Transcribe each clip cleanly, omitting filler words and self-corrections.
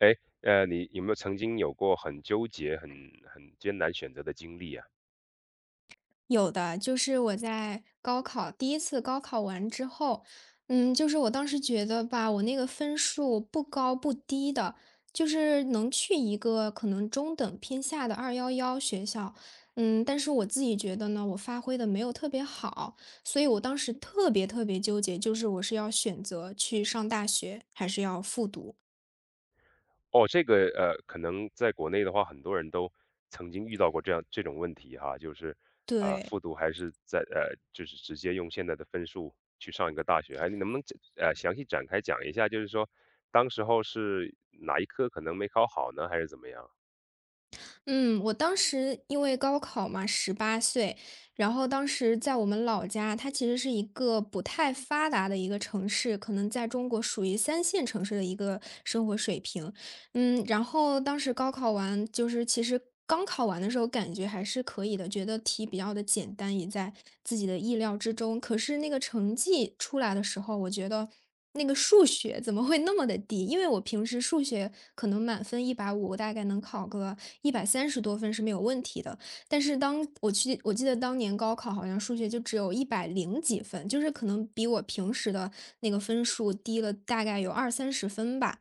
哎，你有没有曾经有过很纠结、很艰难选择的经历啊？有的，就是我在高考第一次高考完之后，就是我当时觉得吧，我那个分数不高不低的，就是能去一个可能中等偏下的211学校。但是我自己觉得呢，我发挥的没有特别好，所以我当时特别特别纠结，就是我是要选择去上大学，还是要复读。哦，这个可能在国内的话，很多人都曾经遇到过这样这种问题哈，就是啊、对。复读还是在就是直接用现在的分数去上一个大学，哎，你能不能详细展开讲一下？就是说，当时候是哪一科可能没考好呢，还是怎么样嗯，我当时因为高考嘛，18岁，然后当时在我们老家，它其实是一个不太发达的一个城市，可能在中国属于三线城市的一个生活水平。然后当时高考完，就是其实刚考完的时候感觉还是可以的，觉得题比较的简单，也在自己的意料之中。可是那个成绩出来的时候，我觉得那个数学怎么会那么的低？因为我平时数学可能满分150，我大概能考个130多分是没有问题的。但是当我去，我记得当年高考好像数学就只有100零几分，就是可能比我平时的那个分数低了大概有20到30分吧。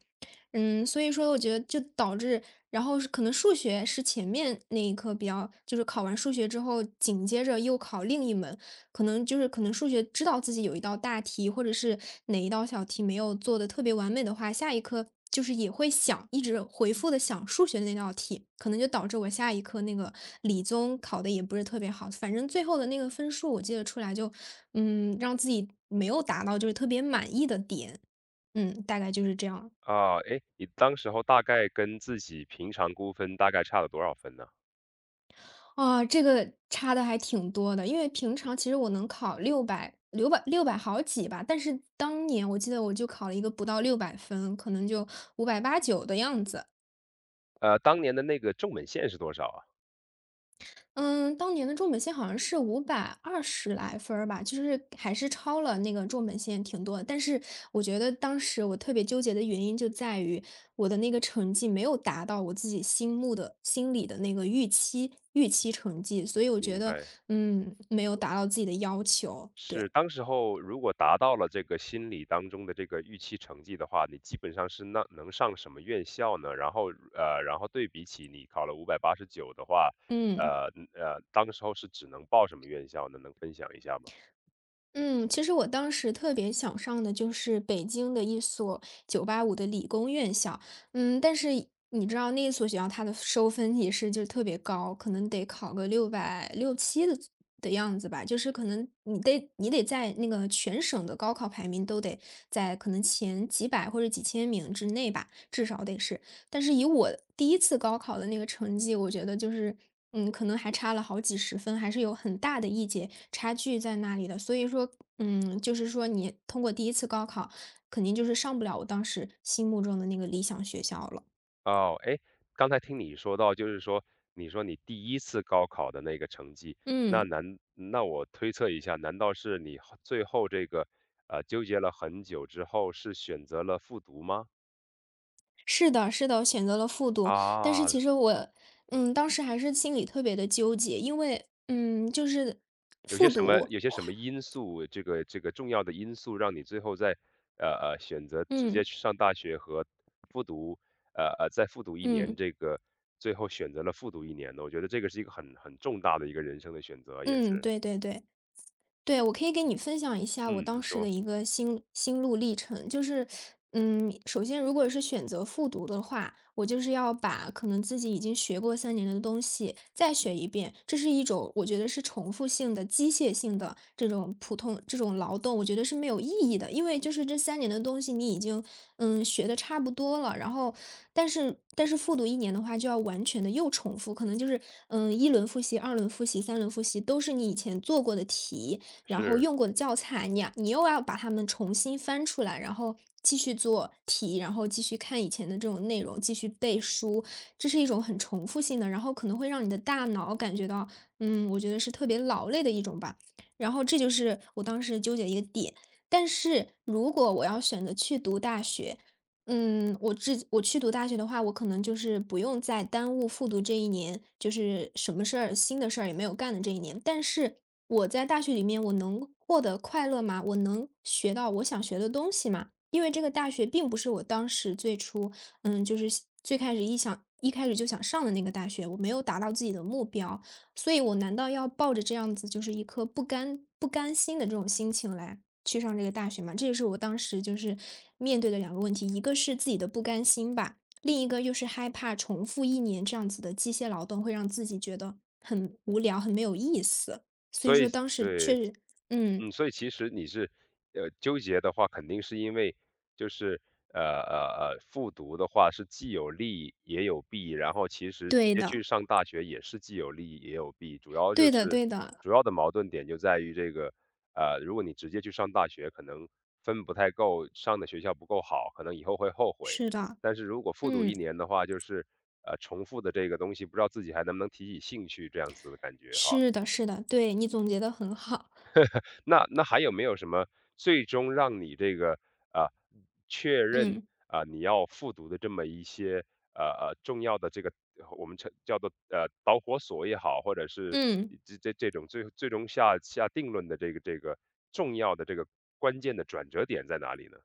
所以说我觉得就导致，然后是可能数学是前面那一科比较，就是考完数学之后，紧接着又考另一门，可能数学知道自己有一道大题，或者是哪一道小题没有做的特别完美的话，下一科就是也会想，一直回复的想数学的那道题，可能就导致我下一科那个理综考的也不是特别好。反正最后的那个分数我记得出来就，让自己没有达到就是特别满意的点。大概就是这样。啊？哎，你当时候大概跟自己平常估分大概差了多少分呢？啊，这个差的还挺多的，因为平常其实我能考六百好几吧，但是当年我记得我就考了一个不到600分，可能就580多的样子。呃，当年的那个重本线是多少啊？嗯，当年的重本线好像是520来分儿吧，就是还是超了那个重本线挺多的。但是我觉得当时我特别纠结的原因就在于我的那个成绩没有达到我自己心里的那个预期成绩。所以我觉明得，白。没有达到自己的要求。是，对。当时候如果达到了这个心理当中的这个预期成绩的话，你基本上是那能上什么院校呢？然后然后对比起你考了589的话，嗯。当时候是只能报什么院校呢？能分享一下吗？嗯，其实我当时特别想上的就是北京的一所九八五的理工院校。但是你知道那所学校它的收分也是就特别高，可能得考个660到670的样子吧，就是可能你得在那个全省的高考排名都得在可能前几百或者几千名之内吧，至少得是。但是以我第一次高考的那个成绩，我觉得就是，可能还差了好几十分，还是有很大的一节差距在那里的。所以说，就是说你通过第一次高考，肯定就是上不了我当时心目中的那个理想学校了。哦，哎，刚才听你说到，就是说你说你第一次高考的那个成绩，那嗯，难那我推测一下，难道是你最后这个，呃，纠结了很久之后是选择了复读吗？是的，是的，我选择了复读。但是啊，其实我，当时还是心里特别的纠结，因为，就是有复些什么读，有些哇，什么因素，这个重要的因素让你最后在，呃选择直嗯接去上大学和复读，再复读一年，嗯这个最后选择了复读一年呢？我觉得这个是一个很重大的一个人生的选择啊也嗯，是。对对对。对，我可以给你分享一下我嗯，你当时的说，一个心路历程。就是，首先如果是选择复读的话，我就是要把可能自己已经学过三年的东西再学一遍，这是一种我觉得是重复性的、机械性的这种普通这种劳动，我觉得是没有意义的，因为就是这三年的东西你已经学的差不多了，然后但是复读一年的话就要完全的又重复，可能就是一轮复习、二轮复习、三轮复习都是你以前做过的题，然后是，用过的教材，你又要把它们重新翻出来，然后继续做题，然后继续看以前的这种内容，继续背书，这是一种很重复性的，然后可能会让你的大脑感觉到，我觉得是特别劳累的一种吧。然后这就是我当时纠结的一个点。但是如果我要选择去读大学，我去读大学的话，我可能就是不用再耽误复读这一年，就是什么事儿、新的事儿也没有干的这一年。但是我在大学里面我能获得快乐吗？我能学到我想学的东西吗？因为这个大学并不是我当时最初，就是想最开始一开始就想上的那个大学，我没有达到自己的目标，所以我难道要抱着这样子就是一颗不甘心的这种心情来去上这个大学吗？这就是我当时就是面对的两个问题，一个是自己的不甘心吧，另一个又是害怕重复一年这样子的机械劳动会让自己觉得很无聊，很没有意思。所以所以说当时确对。实。嗯，嗯，所以其实你是，呃，纠结的话，肯定是因为就是，复读的话是既有利也有弊，然后其实直对接的，去上大学也是既有利也有弊，主要对就的是对的，主要的矛盾点就在于这个，呃，如果你直接去上大学，可能分不太够，上的学校不够好，可能以后会后悔。是的，但是如果复读嗯，一年的话，就是重复的这个东西，不知道自己还能不能提起兴趣这样子的感觉哈。是的是的，对，你总结的很好。那那还有没有什么最终让你这个啊确认嗯。啊你要复读的这么一些呃重要的这个我们称叫做导火索也好，或者是嗯。这种最终下定论的这个重要的这个关键的转折点在哪里呢？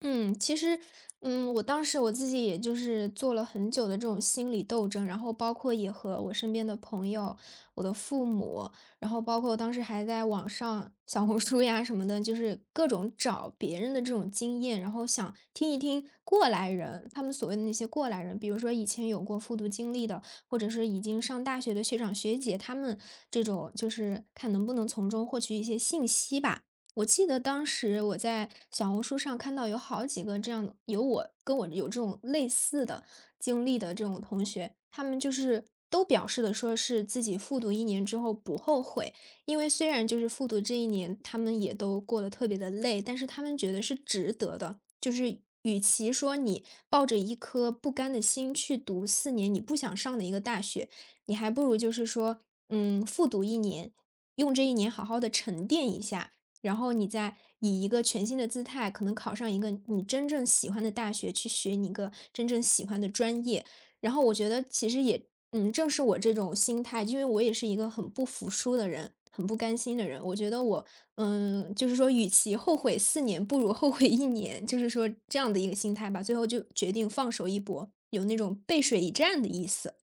嗯，其实，我当时我自己也就是做了很久的这种心理斗争，然后包括也和我身边的朋友、我的父母，然后包括当时还在网上小红书呀什么的，就是各种找别人的这种经验，然后想听一听过来人，他们所谓的那些过来人，比如说以前有过复读经历的，或者是已经上大学的学长学姐，他们这种就是看能不能从中获取一些信息吧。我记得当时我在小红书上看到有好几个这样的，有我有这种类似的经历的这种同学，他们就是都表示的说是自己复读一年之后不后悔，因为虽然就是复读这一年，他们也都过得特别的累，但是他们觉得是值得的，就是与其说你抱着一颗不甘的心去读四年你不想上的一个大学，你还不如就是说，复读一年。用这一年好好的沉淀一下，然后你再以一个全新的姿态，可能考上一个你真正喜欢的大学，去学你一个真正喜欢的专业。然后我觉得其实也，正是我这种心态，因为我也是一个很不服输的人，很不甘心的人。我觉得我，就是说，与其后悔四年，不如后悔一年，就是说这样的一个心态吧。最后就决定放手一搏，有那种背水一战的意思。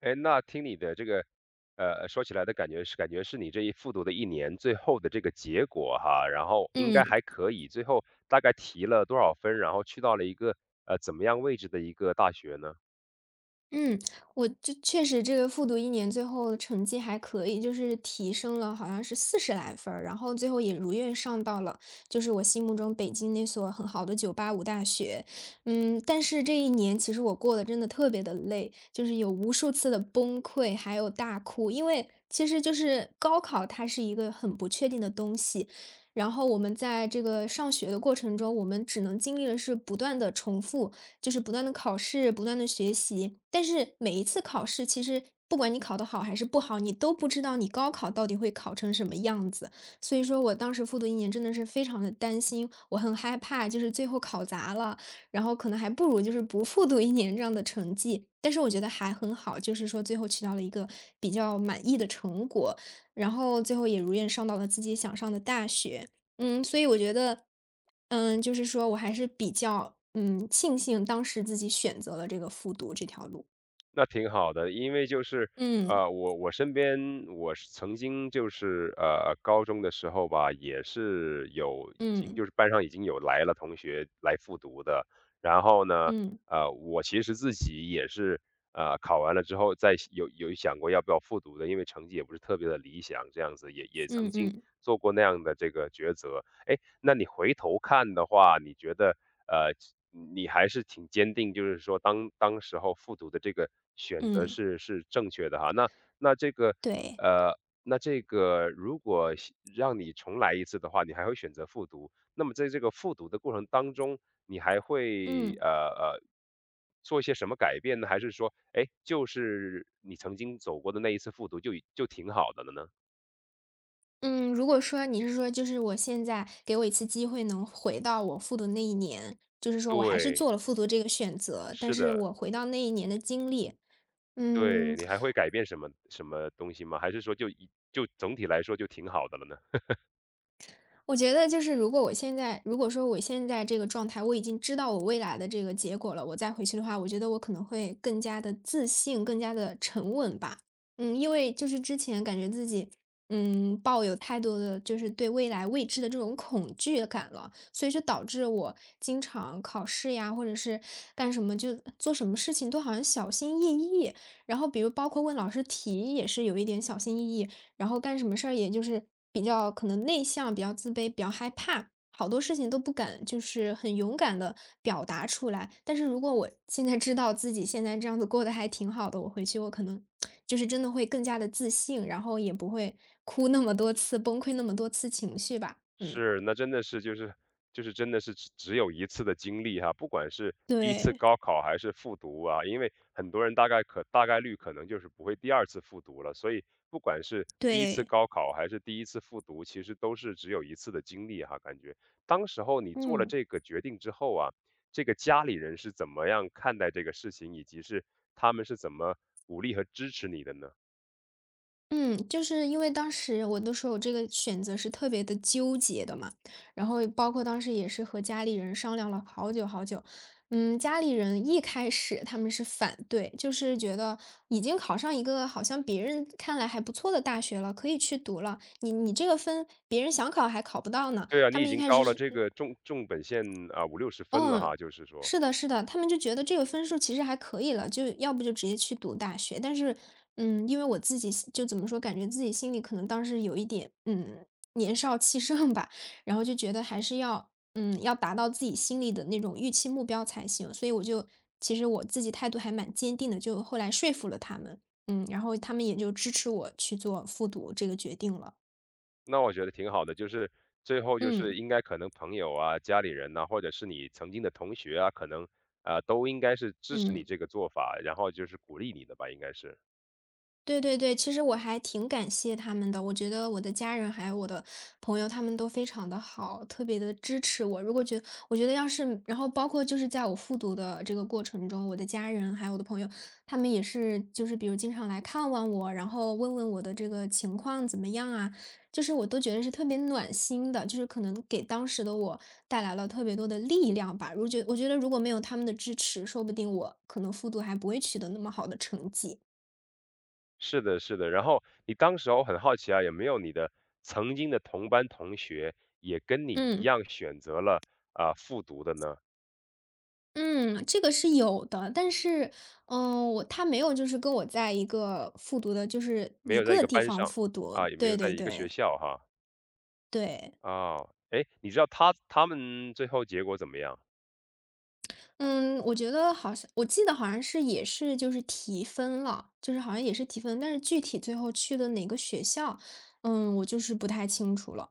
哎，那听你的这个，呃，说起来的感觉是，感觉是你这一复读的一年最后的这个结果哈，然后应该嗯。还可以，最后大概提了多少分，然后去到了一个怎么样位置的一个大学呢？嗯，我就确实这个复读一年最后成绩还可以，就是提升了好像是40来分儿，然后最后也如愿上到了，就是我心目中北京那所很好的985大学。但是这一年其实我过得真的特别的累，就是有无数次的崩溃，还有大哭。因为其实就是高考它是一个很不确定的东西，然后我们在这个上学的过程中，我们只能经历的是不断的重复就是不断的考试，不断的学习。但是每一次考试，其实不管你考得好还是不好，你都不知道你高考到底会考成什么样子。所以说我当时复读一年真的是非常的担心，我很害怕，就是最后考砸了，然后可能还不如就是不复读一年这样的成绩。但是我觉得还很好，就是说最后取到了一个比较满意的成果，然后最后也如愿上到了自己想上的大学。所以我觉得，就是说我还是比较，庆幸当时自己选择了这个复读这条路。那挺好的，因为就是，嗯呃，我身边我是曾经就是，呃，高中的时候吧，也是有已经嗯就是班上已经有来了同学来复读的，然后呢，嗯呃，我其实自己也是，呃，考完了之后有想过要不要复读的，因为成绩也不是特别的理想，这样子也嗯曾经嗯做过那样的这个抉择。哎，那你回头看的话，你觉得，呃，你还是挺坚定，就是说当时候复读的这个选择嗯是正确的哈。那那这个，对。呃，那这个如果是让你重来一次的话，你还会选择复读。那么在这个复读的过程当中，你还会，嗯做一些什么改变呢？还是说，哎，就是你曾经走过的那一次复读就挺好的了呢？嗯，如果说你是说，就是我现在给我一次机会能回到我复读那一年，就是说我还是对，做了复读这个选择，但是是的。我回到那一年的经历，嗯，对，你还会改变什么东西吗？还是说就总体来说就挺好的了呢？我觉得就是如果说我现在这个状态，我已经知道我未来的这个结果了，我再回去的话，我觉得我可能会更加的自信，更加的沉稳吧。因为就是之前感觉自己，抱有太多的就是对未来未知的这种恐惧感了，所以就导致我经常考试呀，或者是干什么就做什么事情都好像小心翼翼。然后比如包括问老师题也是有一点小心翼翼，然后干什么事儿也就是比较可能内向、比较自卑、比较害怕，好多事情都不敢，就是很勇敢的表达出来。但是如果我现在知道自己现在这样子过得还挺好的，我回去我可能就是真的会更加的自信，然后也不会哭那么多次，崩溃那么多次情绪吧。嗯。是，那真的是就是就是真的是只有一次的经历哈，不管是第一次对，高考还是复读啊，因为很多人大概率可能就是不会第二次复读了，所以不管是第一次对。高考还是第一次复读，其实都是只有一次的经历哈，感觉当时候你做了嗯。这个决定之后啊，这个家里人是怎么样看待这个事情，以及是他们是怎么鼓励和支持你的呢？嗯，就是因为当时我都说我这个选择是特别的纠结的嘛，然后包括当时也是和家里人商量了好久好久。家里人一开始他们是反对，就是觉得已经考上一个好像别人看来还不错的大学了，可以去读了，你这个分别人想考还考不到呢，对啊，他你已们一经开高始了是这个重本线啊五六十分了嗯，哈，就是说。是的，是的，他们就觉得这个分数其实还可以了，就要不就直接去读大学。但是，因为我自己心就怎么说，感觉自己心里可能当时有一点，年少气盛吧，然后就觉得还是要，要达到自己心里的那种预期目标才行。所以我就其实我自己态度还蛮坚定的，就后来说服了他们，然后他们也就支持我去做复读这个决定了。那我觉得挺好的，就是最后就嗯是应该可能朋友啊、家里人呐、或者是你曾经的同学啊，可能啊、都应该是支持你嗯。这个做法，然后就是鼓励你的吧，应该是。对对对，其实我还挺感谢他们的，我觉得我的家人还有我的朋友，他们都非常的好，特别的支持我。如果觉我觉得要是然后包括就是在我复读的这个过程中，我的家人还有我的朋友，他们也是就是比如经常来看望我，然后问问我的这个情况怎么样啊，就是我都觉得是特别暖心的，就是可能给当时的我带来了特别多的力量吧。我觉得如果没有他们的支持，说不定我可能复读还不会取得那么好的成绩，是的，是的。然后你当时我很好奇啊，有没有你的曾经的同班同学也跟你一嗯。样选择了啊、复读的呢？嗯，这个是有的，但是，他没有就是跟我在一个复读的，就是没一有在一个个地班方上复读，啊，也没对有在对一个对学校哈。对，哦，哎，你知道他们最后结果怎么样？嗯，我觉得好像我记得好像是也是就是提分了，就是好像也是提分，但是具体最后去的哪个学校，我就是不太清楚了，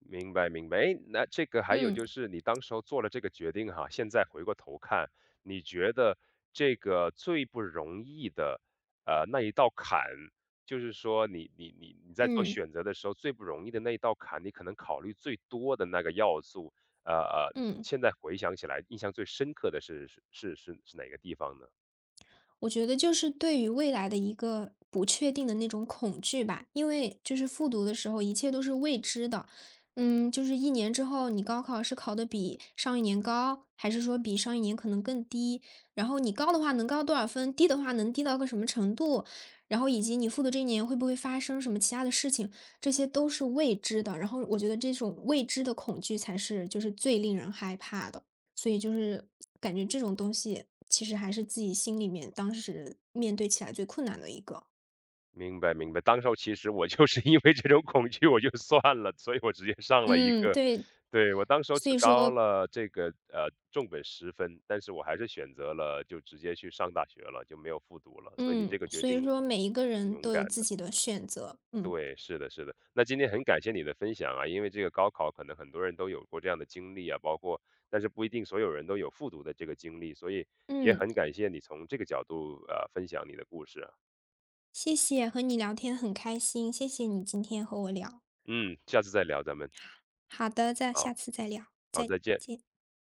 明白明白。诶，那这个还有嗯就是你当时候做了这个决定哈，现在回过头看，你觉得这个最不容易的，呃，那一道坎，就是说你在做嗯选择的时候，最不容易的那一道坎，你可能考虑最多的那个要素，呃呃，嗯。现在回想起来，印象最深刻的是哪个地方呢？我觉得就是对于未来的一个不确定的那种恐惧吧，因为就是复读的时候，一切都是未知的。就是一年之后，你高考是考的比上一年高，还是说比上一年可能更低？然后你高的话能高多少分，低的话能低到个什么程度？然后以及你复读这一年会不会发生什么其他的事情，这些都是未知的。然后我觉得这种未知的恐惧才是就是最令人害怕的。所以就是感觉这种东西其实还是自己心里面当时面对起来最困难的一个。明白明白，当时候其实我就是 因为这种恐惧我就算了，所以我直接上了一嗯，个对，对，我当时候所只以高说，了这个，呃，重本十分，但是我还是选择了就直接去上大学了，就没有复读了，所以你嗯，这个决所以定说每一个挺人勇都有敢自的。己的选择。嗯对，是的是的。那今天很感谢你的分享啊，因为这个高考可能很多人都有过这样的经历啊，包括但是不一定所有人都有复读的这个经历，所以也嗯，很感谢你从这个角度，呃，分享你的故事啊。谢谢，和你聊天很开心，谢谢你今天和我聊。嗯，下次再聊咱们，好的，下好。次再聊，好，再再见。见。